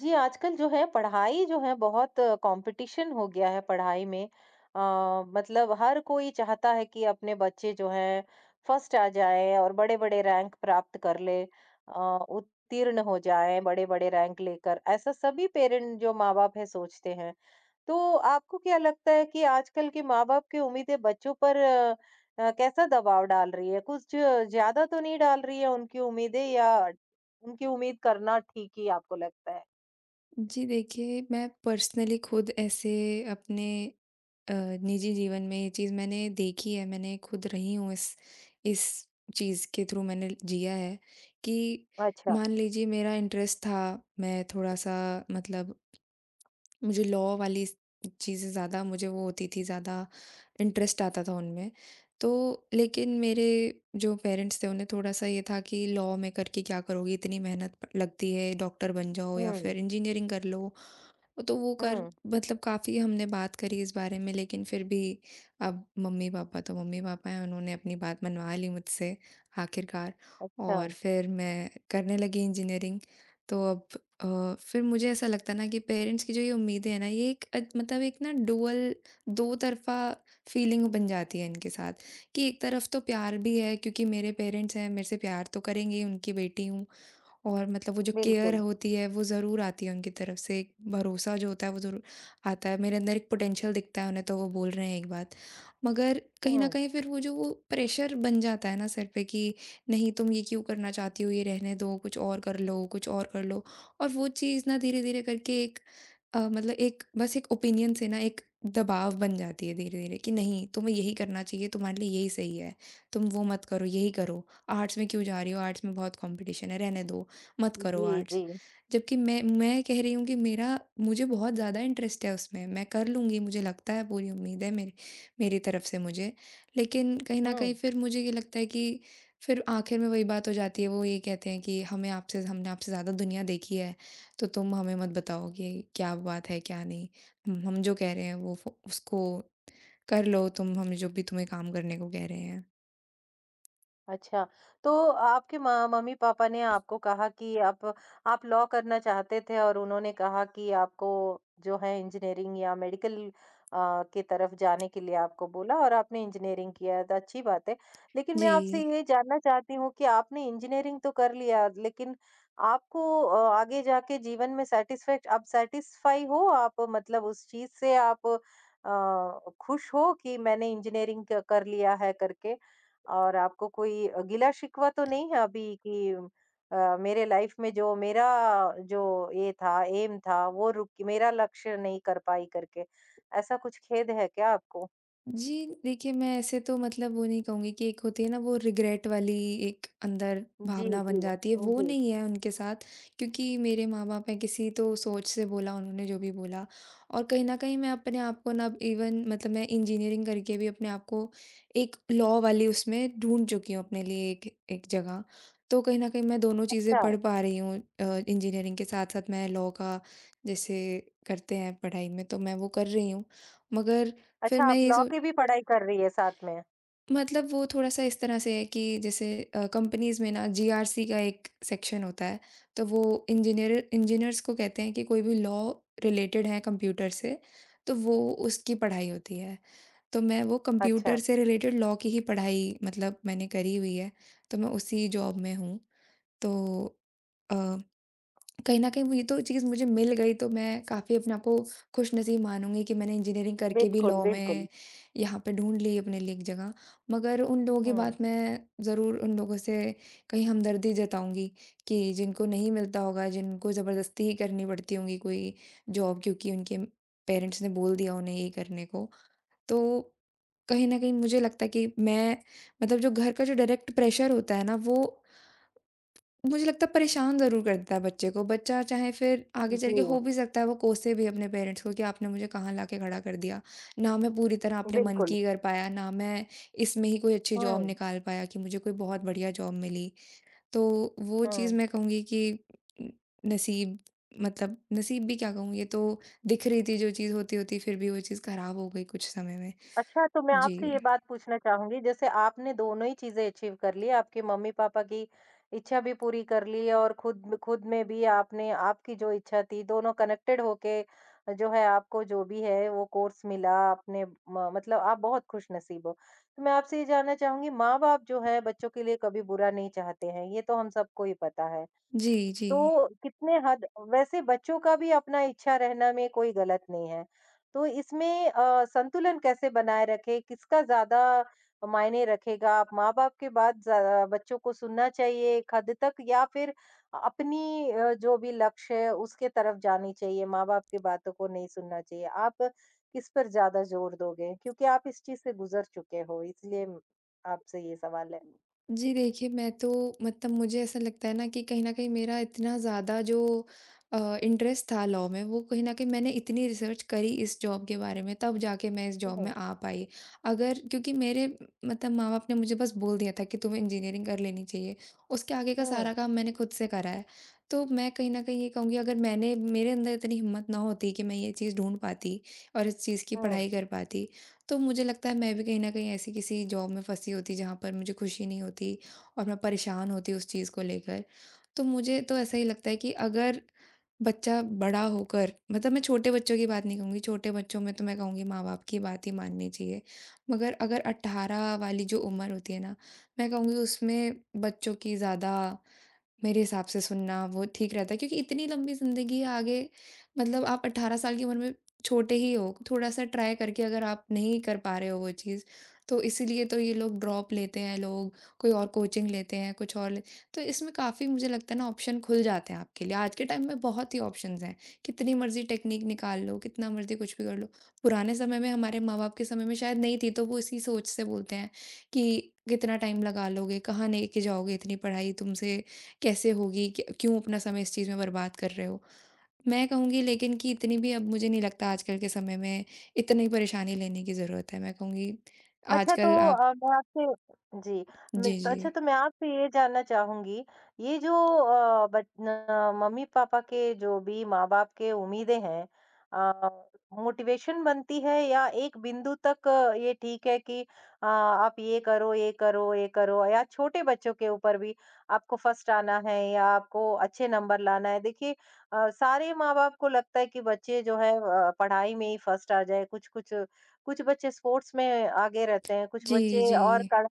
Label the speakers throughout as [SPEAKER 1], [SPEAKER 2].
[SPEAKER 1] जी, आजकल जो है पढ़ाई जो है बहुत कंपटीशन हो गया है पढ़ाई में। अ, मतलब हर कोई चाहता है कि अपने बच्चे जो हैं फर्स्ट आ जाएँ और बड़े-बड़े रैंक प्राप्त कर ले उत्तीर्ण हो जाएँ बड़े-बड़े रैंक लेकर। ऐसा सभी पेरेंट जो माँ-बाप हैं सोचते हैं। तो आपको क्या लगता है कि आजकल के माँ-बाप की उम्मीदें बच्चों पर कैसा दबाव डाल रही है? कुछ ज़्यादा तो नहीं डाल रही है उनकी उम्मीदें या उनकी उम्मीद करना ठीक ही आपको लगता है?
[SPEAKER 2] जी देखिए, मैं पर्सनली खुद ऐसे अपने अ, निजी जीवन में ये चीज़ मैंने देखी है। मैंने खुद रही हूँ इस चीज़ के थ्रू मैंने जिया है कि
[SPEAKER 1] अच्छा।
[SPEAKER 2] मान लीजिए मेरा इंटरेस्ट था, मैं थोड़ा-सा मतलब मुझे लॉ वाली स चीज़ें ज़्यादा मुझे वो होती थी, ज़्यादा इंटरेस्ट आता था उनमें। तो लेकिन मेरे जो पेरेंट्स थे उन्हें थोड़ा-सा ये था कि लॉ में करके क्या करोगी, इतनी मेहनत लगती है, डॉक्टर बन जाओ या
[SPEAKER 1] हुँ,
[SPEAKER 2] फिर इंजीनियरिंग कर लो। तो वो कर
[SPEAKER 1] हुँ,
[SPEAKER 2] मतलब काफ़ी हमने बात करी इस बारे में लेकिन फिर भी अब मम्मी-पापा तो मम्मी-पापा हैं, उन्होंने अपनी बात मनवा ली मुझसे आखिरकार,
[SPEAKER 1] अच्छा,
[SPEAKER 2] और फिर मैं करने लगी इंजीनियरिंग। तो अब अ, फिर मुझे ऐसा लगता है ना कि पेरेंट्स की जो ये उम्मीदें हैं ना ये एक मतलब एक ना डुअल दो तरफ़ा फीलिंग बन जाती है इनके साथ कि एक तरफ तो प्यार भी है क्योंकि मेरे पेरेंट्स हैं, मेरे से प्यार तो करेंगे ही, उनकी बेटी हूँ। और मतलब वो जो केयर
[SPEAKER 1] बिल्कुल।
[SPEAKER 2] होती है वो ज़रूर आती है उनकी तरफ से, एक भरोसा जो होता है वो ज़रूर आता है। मेरे अंदर एक पोटेंशियल दिखता है उन्हें तो वो बोल रहे हैं एक बात। मगर कहीं न
[SPEAKER 1] हुँ,
[SPEAKER 2] कहीं फिर वो जो वो प्रेशर बन जाता है ना सर पे कि नहीं तुम ये क्यों करना चाहती हो, ये रहने दो, कुछ और कर लो, कुछ और कर लो। और वो चीज़ ना धीरे-धीरे करके एक मतलब एक बस एक ओपिनियन से ना एक दबाव बन जाती है धीरे-धीरे कि नहीं तुम्हें यही करना चाहिए, तुम्हारे लिए यही सही है। तुम वो मत करो, यही करो। आर्ट्स में क्यों जा रही हो? आर्ट्स में बहुत कॉम्पिटिशन है, रहने दो। मत करो
[SPEAKER 1] जी,
[SPEAKER 2] आर्ट्स।
[SPEAKER 1] जी।
[SPEAKER 2] जबकि मैं कह रही हूँ कि मेरा मुझे बहुत ज़्यादा इंटरेस्ट है उसमें, मैं कर लूँगी, मुझे लगता है पूरी उम्मीद है मेरी मेरी तरफ से मुझे। लेकिन कहीं न कहीं
[SPEAKER 1] हुँ।
[SPEAKER 2] फिर मुझे ये लगता है कि फिर आखिर में वही बात हो जाती है, वो ये कहते हैं कि हमें आपसे हमने आपसे ज़्यादा दुनिया देखी है, तो तुम हमें मत बताओ कि क्या बात है, क्या नहीं। हम जो कह रहे हैं वो फ उसको कर लो तुम, हम जो भी तुम्हें काम करने को कह रहे हैं।
[SPEAKER 1] अच्छा, तो आपके माँ मम्मी-पापा ने आपको कहा कि आप लॉ करना चाहते थे और उन्होंने कहा कि आपको जो है इंजीनियरिंग या मेडिकल अ, की तरफ जाने के लिए आपको बोला और आपने इंजीनियरिंग किया तो अच्छी बात है। लेकिन मैं आपसे
[SPEAKER 2] जी।
[SPEAKER 1] ये जानना चाहती हूँ कि आपने इंजीनियरिंग तो कर लिया लेकिन आपको आगे जाके जीवन में सैटिस्फैक्ट आप सैटिस्फाई हो? आप मतलब उस चीज़ से आप खुश हो कि मैंने इंजीनियरिंग क कर लिया है करके? और आपको कोई गिला-शिकवा तो नहीं है अभी कि मेरे लाइफ में जो मेरा जो ये था, एम था, वो रुक मेरा लक्ष्य नहीं कर पाई करके, ऐसा कुछ खेद है क्या आपको?
[SPEAKER 2] जी, देखिए मैं ऐसे तो मतलब वो नहीं कहूँगी कि एक होती है ना वो रिग्रेट वाली एक अंदर
[SPEAKER 1] जी,
[SPEAKER 2] भावना
[SPEAKER 1] जी।
[SPEAKER 2] बन जाती है, वो
[SPEAKER 1] जी।
[SPEAKER 2] नहीं है उनके साथ क्योंकि मेरे माँ-बाप हैं किसी तो सोच से बोला उन्होंने जो भी बोला। और कहीं न कहीं मैं अपने आप को ना अब इवन मतलब मैं इंजीनियरिंग करके भी अपने आप को एक लॉ वाली उसमें ढूँढ चुकी हूँ अपने लिए एक एक जगह। तो कहीं न कहीं मैं दोनों चीज़ें
[SPEAKER 1] अच्छा।
[SPEAKER 2] पढ़ पा रही हूँ इंजीनियरिंग के साथ-साथ मैं लॉ का जैसे करते हैं पढ़ाई में तो मैं वो कर रही हूँ। मगर फिर
[SPEAKER 1] अच्छा,
[SPEAKER 2] मैं
[SPEAKER 1] आप
[SPEAKER 2] ये
[SPEAKER 1] लॉ
[SPEAKER 2] सो
[SPEAKER 1] की भी पढ़ाई कर रही है साथ में?
[SPEAKER 2] मतलब वो थोड़ा-सा इस तरह से है कि जैसे कंपनीज़ में ना जीआरसी का एक सेक्शन होता है, तो वो इंजीनियर्स को कहते हैं कि कोई भी लॉ रिलेटेड है कंप्यूटर से, तो वो उसकी पढ़ाई होती है। तो मैं वो
[SPEAKER 1] अच्छा।
[SPEAKER 2] कंप्यूटर से रिलेटेड लॉ की ही पढ़ाई मतलब मैंने करी हुई है, तो मैं उसी जॉब में हूँ। तो अ कहीं न कहीं वो ये तो चीज़ मुझे मिल गई तो मैं काफ़ी अपने आप को खुशनसीब मानूँगी कि मैंने इंजीनियरिंग करके भी
[SPEAKER 1] बिल्कुल,
[SPEAKER 2] लॉ
[SPEAKER 1] बिल्कुल।
[SPEAKER 2] में यहाँ पे ढूँढ ली अपने लिए एक जगह। मगर उन लोगों की
[SPEAKER 1] हुँ।
[SPEAKER 2] बात मैं ज़रूर उन लोगों से कहीं हमदर्दी जताऊँगी कि जिनको नहीं मिलता होगा, जिनको ज़बरदस्ती ही करनी पड़ती होंगी कोई जॉब क्योंकि उनके पेरेंट्स ने बोल दिया उन्हें ये करने को। तो कहीं न कहीं मुझे लगता है कि मैं मतलब जो घर का जो डायरेक्ट प्रेशर होता है ना वो मुझे लगता है परेशान ज़रूर करता है बच्चे को। बच्चा चाहे फिर आगे चल के हो
[SPEAKER 1] जी,
[SPEAKER 2] भी सकता है वो कोसे भी अपने पेरेंट्स को कि आपने मुझे कहाँ लाके खड़ा कर दिया। ना मैं पूरी तरह अपने मन
[SPEAKER 1] बिल्कुल।
[SPEAKER 2] की कर पाया, ना मैं इसमें ही कोई अच्छी जॉब
[SPEAKER 1] हुँ,
[SPEAKER 2] निकाल पाया कि मुझे कोई बहुत बढ़िया जॉब मिली। तो वो चीज़
[SPEAKER 1] हुँ।
[SPEAKER 2] मैं कहूँगी कि उम, नसीब मतलब नसीब भी क्या कहूँ, ये तो दिख रही थी जो चीज़ होती-होती फिर भी वो चीज़ ख़राब हो गई कुछ समय में।
[SPEAKER 1] अच्छा, तो मैं आपसे ये
[SPEAKER 2] जी।
[SPEAKER 1] बात पूछना चाहूँगी, जैसे आपने दोनों ही चीज़ें अचीव कर ली, आपके मम्मी-पापा की इच्छा भी पूरी कर ली और खुद में भी आपने आपकी जो इच्छा थी, दोनों कनेक्टेड होके जो है आपको जो भी है वो कोर्स मिला, आपने म मतलब आप बहुत खुशनसीब हो। तो मैं आपसे ये जानना चाहूँगी, माँ-बाप जो है बच्चों के लिए कभी बुरा नहीं चाहते हैं, ये तो हम सबको ही पता है।
[SPEAKER 2] जी, जी।
[SPEAKER 1] तो कितने हद वैसे बच्चों का भी अपना इच्छा रहना में कोई गलत नहीं है। तो इसमें संतुलन कैसे बनाए रखें? किसका ज़्यादा मायने रखेगा? आप माँ-बाप के बात ज़्या बच्चों को सुनना चाहिए एक हद तक या फिर अपनी जो भी लक्ष्य है उसके तरफ जानी चाहिए, माँ-बाप की बातों को नहीं सुनना चाहिए? आप किस पर ज़्यादा ज़ोर दोगे? क्योंकि आप इस चीज़ से गुज़र चुके हो इसलिए आपसे ये सवाल है।
[SPEAKER 2] जी देखिए, मैं तो मतलब मुझे ऐसा लगता है ना कि कहीं न कहीं मेरा इतना ज़्यादा जो इंटरेस्ट था लॉ में वो कहीं न कहीं मैंने इतनी रिसर्च करी इस जॉब के बारे में तब जाके मैं इस जॉब में
[SPEAKER 1] हुँ,
[SPEAKER 2] आ पाई। अगर क्योंकि मेरे मतलब माँ-बाप ने मुझे बस बोल दिया था कि तुम्हें इंजीनियरिंग कर लेनी चाहिए। उसके आगे का
[SPEAKER 1] हुँ,
[SPEAKER 2] सारा काम मैंने खुद से करा है। तो मैं कहीं न कहीं ये कहूँगी अगर मैंने मेरे अंदर इतनी हिम्मत ना होती कि मैं ये चीज़ ढूँढ पाती और इस चीज़ की
[SPEAKER 1] हुँ।
[SPEAKER 2] पढ़ाई कर पाती तो मुझे लगता है मैं भी कहीं न कहीं ऐसी किसी जॉब में फँसी होती जहाँ पर मुझे खुशी नहीं होती और मैं परेशान होती उस चीज़ को लेकर। तो मुझे तो ऐसा ही लगता है कि अगर बच्चा बड़ा होकर मतलब मैं छोटे बच्चों की बात नहीं कहूँगी, छोटे बच्चों में तो मैं कहूँगी माँ-बाप की बात ही माननी चाहिए। मगर अगर 18 वाली जो उम्र होती है ना, मैं कहूँगी उसमें बच्चों की ज़्यादा मेरे हिसाब से सुनना वो ठीक रहता है क्योंकि इतनी लंबी ज़िंदगी है आगे, मतलब आप 18 साल की उम्र में छोटे ही हो, थोड़ा-सा ट्राई करके अगर आप नहीं कर पा रहे हो वो चीज़, तो इसीलिए तो ये लोग ड्रॉप लेते हैं लोग, कोई और कोचिंग लेते हैं, कुछ और ले तो इसमें काफ़ी मुझे लगता है ना ऑप्शन खुल जाते हैं आपके लिए। आज के टाइम में बहुत ही ऑप्शंस हैं, कितनी मर्ज़ी टेक्नीक निकाल लो, कितना मर्ज़ी कुछ भी कर लो। पुराने समय में हमारे माँ-बाप के समय में शायद नहीं थी, तो वो इसी सोच से बोलते हैं कि कितना टाइम लगा लोगे, कहाँ लेके जाओगे इतनी पढ़ाई तुमसे कैसे होगी? क क्यों अपना समय इस चीज़ में बर्बाद कर रहे हो? मैं कहूँगी लेकिन कि इतनी भी अब मुझे नहीं लगता आजकल के समय में इतनी परेशानी लेने की ज़रूरत है। मैं कहूँगी
[SPEAKER 1] अच्छा तो
[SPEAKER 2] आजकल आप।
[SPEAKER 1] मैं आपसे जी मैं
[SPEAKER 2] जी,
[SPEAKER 1] तो
[SPEAKER 2] जी।
[SPEAKER 1] अच्छा तो मैं आपसे ये जानना चाहूँगी, ये जो अ, बच न मम्मी-पापा के जो भी माँ-बाप के उम्मीदें हैं अ, मोटिवेशन बनती है या एक बिंदु तक ये ठीक है कि आप ये करो, ये करो, ये करो या छोटे बच्चों के ऊपर भी आपको फर्स्ट आना है या आपको अच्छे नंबर लाना है। देखिए सारे माँ-बाप को लगता है कि बच्चे जो है पढ़ाई में ही फर्स्ट आ जाए, कुछ बच्चे स्पोर्ट्स में आगे रहते हैं, कुछ
[SPEAKER 2] जी,
[SPEAKER 1] बच्चे
[SPEAKER 2] जी।
[SPEAKER 1] और कल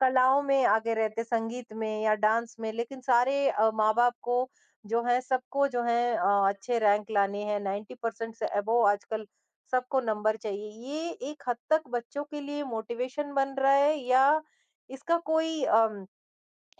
[SPEAKER 1] कलाओं में आगे रहते हैं, संगीत में या डांस में। लेकिन सारे माँ-बाप को जो है सबको जो है अच्छे रैंक लाने हैं, 90% से अबोव आजकल सबको नंबर चाहिए। ये एक हद तक बच्चों के लिए मोटिवेशन बन रहा है या इसका कोई अम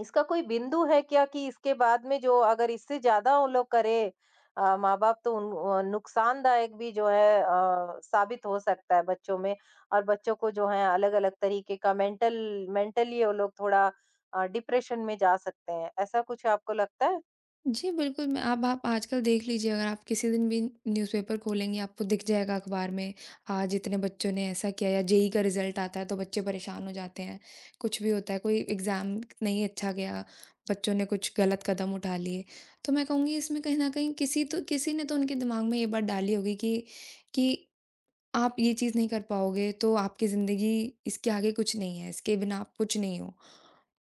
[SPEAKER 1] इसका कोई बिंदु है क्या कि इसके बाद में जो अगर इससे ज़्यादा वो लोग करें अ, माँ-बाप तो उन अ, नुकसानदायक भी जो है साबित हो सकता है बच्चों में और बच्चों को जो है अलग-अलग तरीके का मेंटली वो लोग थोड़ा डिप्रेशन में जा सकते हैं। ऐसा कुछ आपको लगता है?
[SPEAKER 2] जी, बिल्कुल, मैं अब आप आजकल देख लीजिए अगर आप किसी दिन भी न्यूज़पेपर खोलेंगी आपको दिख जाएगा अखबार में, आज इतने बच्चों ने ऐसा किया या जेईई का रिज़ल्ट आता है तो बच्चे परेशान हो जाते हैं। कुछ भी होता है, कोई एग्ज़ाम नहीं अच्छा गया, बच्चों ने कुछ गलत कदम उठा लिए। तो मैं कहूँगी इसमें कहीं न कहीं किसी ने तो उनके दिमाग में ये बात डाली होगी कि आप ये चीज़ नहीं कर पाओगे तो आपकी ज़िंदगी इसके आगे कुछ नहीं है, इसके बिना आप कुछ नहीं हो।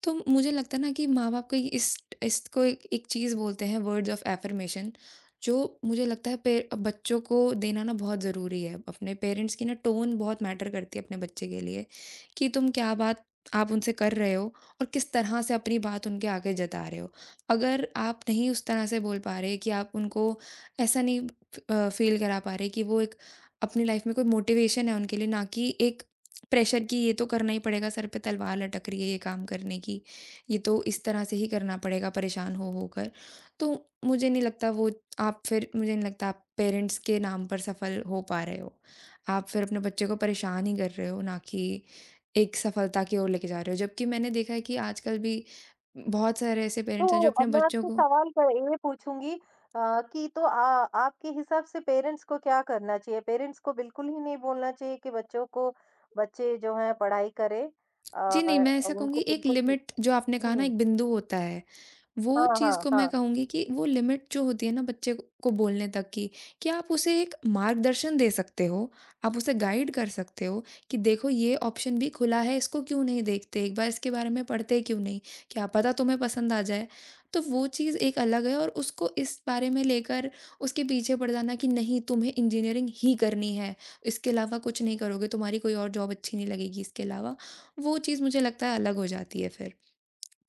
[SPEAKER 2] तो मुझे लगता है ना कि माँ-बाप को ये इस इसको एक एक चीज़ बोलते हैं वर्ड्स ऑफ अफ़र्मेशन जो मुझे लगता है पे बच्चों को देना ना बहुत ज़रूरी है। अपने पेरेंट्स की ना टोन बहुत मैटर करती है अपने बच्चे के लिए कि तुम क्या बात आप उनसे कर रहे हो और किस तरह से अपनी बात उनके आगे जता रहे हो। अगर आप नहीं उस तरह से बोल पा रहे कि आप उनको ऐसा नहीं फ़ील करा पा रहे कि वो एक अपनी लाइफ़ में कोई मोटिवेशन है उनके लिए ना कि एक प्रेशर कि ये तो करना ही पड़ेगा, सर पे तलवार लटक रही है ये काम करने की, ये तो इस तरह से ही करना पड़ेगा परेशान हो होकर। तो मुझे नहीं लगता वो आप फिर मुझे नहीं लगता आप पेरेंट्स के नाम पर सफल हो पा रहे हो। आप फिर अपने बच्चे को परेशान ही कर रहे हो, ना कि एक सफलता की ओर लेके जा रहे हो। जबकि मैंने देखा है कि आजकल भी बहुत सारे ऐसे
[SPEAKER 1] तो
[SPEAKER 2] पेरेंट्स हैं जो अपने
[SPEAKER 1] अब मैं
[SPEAKER 2] बच्चों
[SPEAKER 1] आपसे
[SPEAKER 2] को।
[SPEAKER 1] सवाल क ये पूछूँगी कि तो आ आपके हिसाब से पेरेंट्स को क्या करना चाहिए? पेरेंट्स को बिल्कुल ही नहीं बोलना चाहिए कि बच्चों को बच्चे जो हैं पढ़ाई करें
[SPEAKER 2] जी नहीं, मैं ऐसा कहूँगी
[SPEAKER 1] उनको
[SPEAKER 2] एक
[SPEAKER 1] बिल्कुल
[SPEAKER 2] लिमिट जो आपने कहा ना
[SPEAKER 1] हुँ।
[SPEAKER 2] एक बिंदु होता है वो
[SPEAKER 1] हाँ,
[SPEAKER 2] चीज़
[SPEAKER 1] हाँ,
[SPEAKER 2] को मैं
[SPEAKER 1] हाँ।
[SPEAKER 2] कहूँगी कि वो लिमिट जो होती है ना बच्चे को बोलने तक की, कि आप उसे एक मार्गदर्शन दे सकते हो, आप उसे गाइड कर सकते हो कि देखो ये ऑप्शन भी खुला है, इसको क्यों नहीं देखते? एक बार इसके बारे में पढ़ते क्यों नहीं? क्या पता तुम्हें पसंद आ जाए? तो वो चीज़ एक अलग है और उसको इस बारे में लेकर उसके पीछे पड़ जाना कि नहीं तुम्हें इंजीनियरिंग ही करनी है, इसके अलावा कुछ नहीं करोगे, तुम्हारी कोई और जॉब अच्छी नहीं लगेगी इसके अलावा, वो चीज़ मुझे लगता है अलग हो जाती है फिर।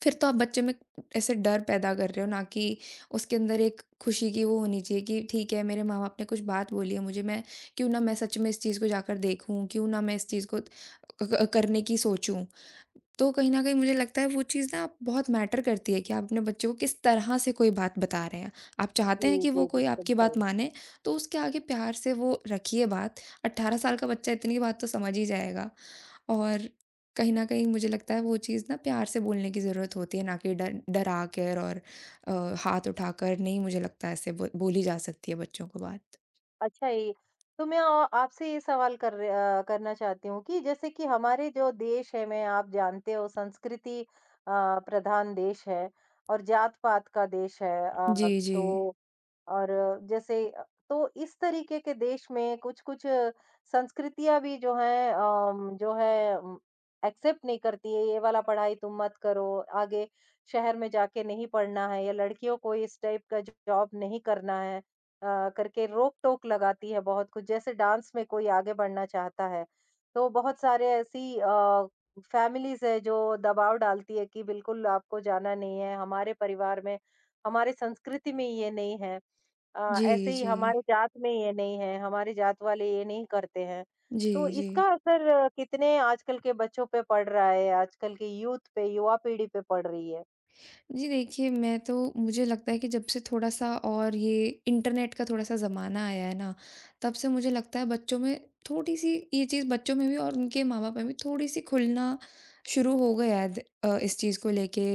[SPEAKER 2] फिर तो आप बच्चे में ऐसे डर पैदा कर रहे हो ना कि उसके अंदर एक खुशी की वो होनी चाहिए कि ठीक है मेरे माँ बाप ने कुछ बात बोली है मुझे मैं क्यों ना मैं सच में इस चीज़ को जाकर देखूं, क्यों ना मैं इस चीज़ को करने की सोचूं। तो कहीं ना कहीं मुझे लगता है वो चीज़ ना बहुत मैटर करती है कि आप अपने बच्चे को किस तरह से कोई बात बता रहे हैं। आप चाहते
[SPEAKER 1] जी,
[SPEAKER 2] हैं कि वो
[SPEAKER 1] जी,
[SPEAKER 2] कोई
[SPEAKER 1] बिल्कुल
[SPEAKER 2] आपकी बात
[SPEAKER 1] सही।
[SPEAKER 2] माने, तो उसके आगे प्यार से वो रखिए बात। 18 साल का बच्चा इतनी बात तो समझ ही जाएगा। और कहीं न कहीं मुझे लगता है वो चीज़ ना प्यार से बोलने की ज़रूरत होती है, ना कि डर डरा कर, और हाथ उठाकर नहीं। मुझे लगता है ऐसे बो बोली जा सकती है बच्चों को बात।
[SPEAKER 1] अच्छा ये तो मैं आपसे ये सवाल कर र अ, करना चाहती हूँ कि जैसे कि हमारे जो देश है में आप जानते हो संस्कृति प्रधान देश है और जात-पात का देश है।
[SPEAKER 2] जी, जी।
[SPEAKER 1] तो और जैसे अ, तो इस तरीके के देश में कुछ-कुछ संस्कृतियाँ भी जो हैं अम, जो है उम, एक्सेप्ट नहीं करती है, ये वाला पढ़ाई तुम मत करो, आगे शहर में जाके नहीं पढ़ना है या लड़कियों को इस टाइप का जॉब नहीं करना है करके रोक-टोक लगाती है बहुत कुछ। जैसे डांस में कोई आगे बढ़ना चाहता है, तो बहुत सारे ऐसी फैमिलीज़ है जो दबाव डालती है कि बिल्कुल आपको जाना नहीं है, हमारे परिवार में, हमारे संस्कृति में ये नहीं है।
[SPEAKER 2] जी,
[SPEAKER 1] ऐसे ही
[SPEAKER 2] जी।
[SPEAKER 1] हमारे जात में ये नहीं है, हमारे जात वाले ये नहीं करते हैं।
[SPEAKER 2] जी,
[SPEAKER 1] तो
[SPEAKER 2] जी।
[SPEAKER 1] इसका असर कितने आजकल के बच्चों पे पड़ रहा है, आजकल के यूथ पे, युवा पीढ़ी पे पड़ रही है?
[SPEAKER 2] जी देखिए, मैं तो मुझे लगता है कि जब से थोड़ा-सा और ये इंटरनेट का थोड़ा-सा ज़माना आया है ना, तब से मुझे लगता है बच्चों में थोड़ी-सी ये चीज़ बच्चों में भी और उनके माँ-बाप में भी थोड़ी-सी खुलना शुरू हो गया है द इस चीज़ को लेके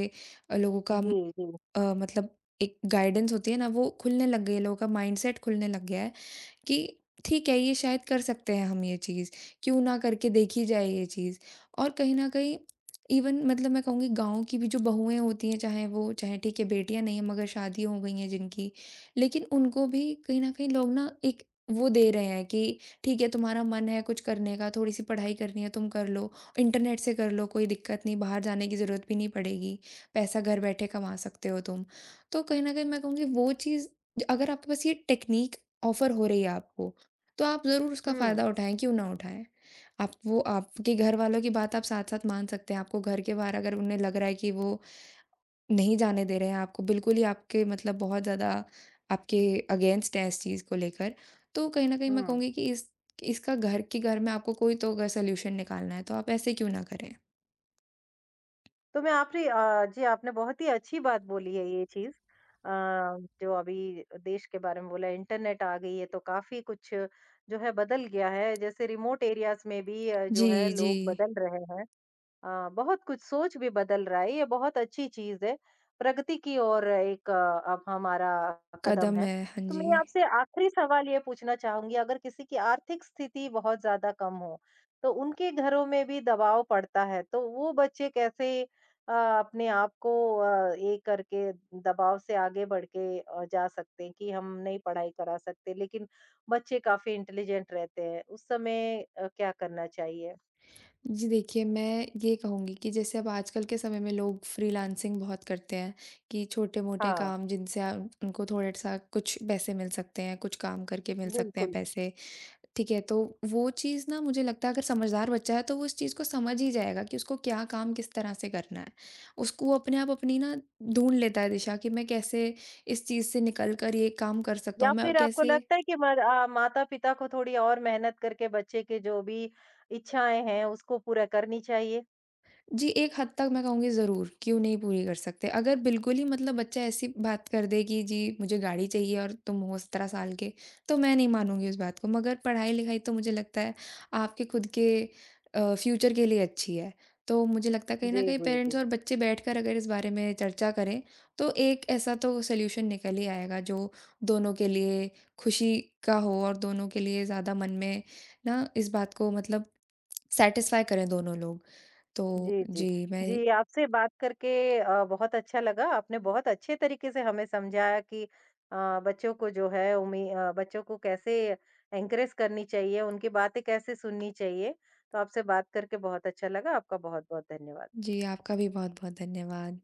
[SPEAKER 2] लोगों का
[SPEAKER 1] जी, जी।
[SPEAKER 2] मतलब एक गाइडेंस होती है ना, वो खुलने लग गई है, लोगों का माइंडसेट खुलने लग गया है। कि ठीक है ये शायद कर सकते हैं हम ये चीज़, क्यों ना करके देखी जाए ये चीज़। और कहीं न कहीं इवन मतलब मैं कहूँगी गाँव की भी जो बहुएँ होती हैं, चाहे वो चाहे ठीक है बेटियाँ नहीं हैं मगर शादी हो गई हैं जिनकी, लेकिन उनको भी कहीं न कहीं लोग ना एक वो दे रहे हैं कि ठीक है तुम्हारा मन है कुछ करने का, थोड़ी-सी पढ़ाई करनी है तुम कर लो, इंटरनेट से कर लो कोई दिक्कत नहीं, बाहर जाने की ज़रूरत भी नहीं पड़ेगी, पैसा घर बैठे कमा सकते हो तुम। तो कहीं न कहीं मैं कहूँगी वो चीज़ अगर आपके पास ये टेक्नीक ऑफ़र हो रही है आपको, तो आप ज़रूर उसका
[SPEAKER 1] हुँ,
[SPEAKER 2] फ़ायदा उठाएँ, क्यों ना उठाएँ? आप वो आपके घर वालों की बात आप साथ-साथ मान सकते हैं। आपको घर के बाहर अगर उन्हें लग रहा है कि वो नहीं जाने दे रहे हैं आपको, बिल्कुल ही आपके मतलब बहुत ज़्यादा आपके अगेंस्ट हैं इस चीज़ को लेकर, तो कहीं न कहीं मैं
[SPEAKER 1] हुँ।
[SPEAKER 2] कहूँगी कि इस इसका घर के घर में आपको कोई तो अगर सॉल्यूशन निकालना है, तो आप ऐसे क्यों ना करें?
[SPEAKER 1] तो मैं आपने अ, जी आपने बहुत ही अच्छी बात बोली है ये चीज़ अ, जो अभी देश के बारे में बोला इंटरनेट आ गई है तो काफ़ी कुछ जो है बदल गया है, जैसे रिमोट एरियाज़ में भी जो
[SPEAKER 2] जी,
[SPEAKER 1] है
[SPEAKER 2] जी।
[SPEAKER 1] लोग बदल रहे हैं। हाँ, बहुत कुछ सोच भी बदल रहा है, ये बहुत अच्छी चीज़ है। प्रगति की ओर एक अब हमारा कदम
[SPEAKER 2] कदम
[SPEAKER 1] है।
[SPEAKER 2] है, हाँ
[SPEAKER 1] तो
[SPEAKER 2] जी।
[SPEAKER 1] मैं आपसे आखिरी सवाल ये पूछना चाहूँगी अगर किसी की आर्थिक स्थिति बहुत ज़्यादा कम हो, तो उनके घरों में भी दबाव पड़ता है, तो वो बच्चे कैसे अपने आप को ये करके दबाव से आगे बढ़ के जा सकते हैं कि हम नहीं पढ़ाई करा सकते, लेकिन बच्चे काफ़ी इंटेलिजेंट रहते हैं, उस समय क्या करना चाहिए?
[SPEAKER 2] जी देखिए, मैं ये कहूँगी कि जैसे अब आजकल के समय में लोग फ्रीलांसिंग बहुत करते हैं कि छोटे-मोटे
[SPEAKER 1] हाँ,
[SPEAKER 2] काम जिनसे उनको थोड़ा-सा कुछ पैसे मिल सकते हैं, कुछ काम करके मिल सकते हैं
[SPEAKER 1] बिल्कुल।
[SPEAKER 2] पैसे, ठीक है? तो वो चीज़ ना मुझे लगता है अगर समझदार बच्चा है तो वो इस चीज़ को समझ ही जाएगा कि उसको क्या काम किस तरह से करना है। उसको वो अपने आप अपनी ना ढूँढ लेता है दिशा कि मैं कैसे इस चीज़ से निकल कर ये काम कर सकता
[SPEAKER 1] या
[SPEAKER 2] हूँ, मैं
[SPEAKER 1] फिर आपको
[SPEAKER 2] कैसे।
[SPEAKER 1] लगता है कि माता-पिता को थोड़ी और मेहनत करके बच्चे के जो भी इच्छाएँ हैं, उसको पूरा करनी चाहिए?
[SPEAKER 2] जी, एक हद तक मैं कहूँगी ज़रूर, क्यों नहीं पूरी कर सकते। अगर बिल्कुल ही मतलब बच्चा ऐसी बात कर दे कि जी मुझे गाड़ी चाहिए और तुम हो 17 साल के, तो मैं नहीं मानूँगी उस बात को। मगर पढ़ाई-लिखाई तो मुझे लगता है आपके खुद के फ्यूचर के लिए अच्छी है। तो मुझे लगता है कहीं न
[SPEAKER 1] जी,
[SPEAKER 2] कहीं
[SPEAKER 1] जी,
[SPEAKER 2] पेरेंट्स
[SPEAKER 1] जी।
[SPEAKER 2] और बच्चे बैठकर अगर इस बारे में चर्चा करें, तो एक ऐसा तो सॉल्यूशन निकल ही आएगा जो दोनों के लिए खुशी का हो और दोनों के लिए ज़्यादा मन में ना इस बात को मतलब सैटिस्फाई करें दोनों लोग। तो
[SPEAKER 1] जी, जी।
[SPEAKER 2] जी, मैं।
[SPEAKER 1] जी, आपसे बात करके बहुत अच्छा लगा। आपने बहुत अच्छे तरीके से हमें समझाया कि बच्चों को जो है बच्चों को कैसे एनकरेज करनी चाहिए, उनकी बातें कैसे सुननी चाहिए। तो आपसे बात करके बहुत अच्छा लगा। आपका बहुत-बहुत धन्यवाद।
[SPEAKER 2] जी, आपका भी बहुत-बहुत धन्यवाद।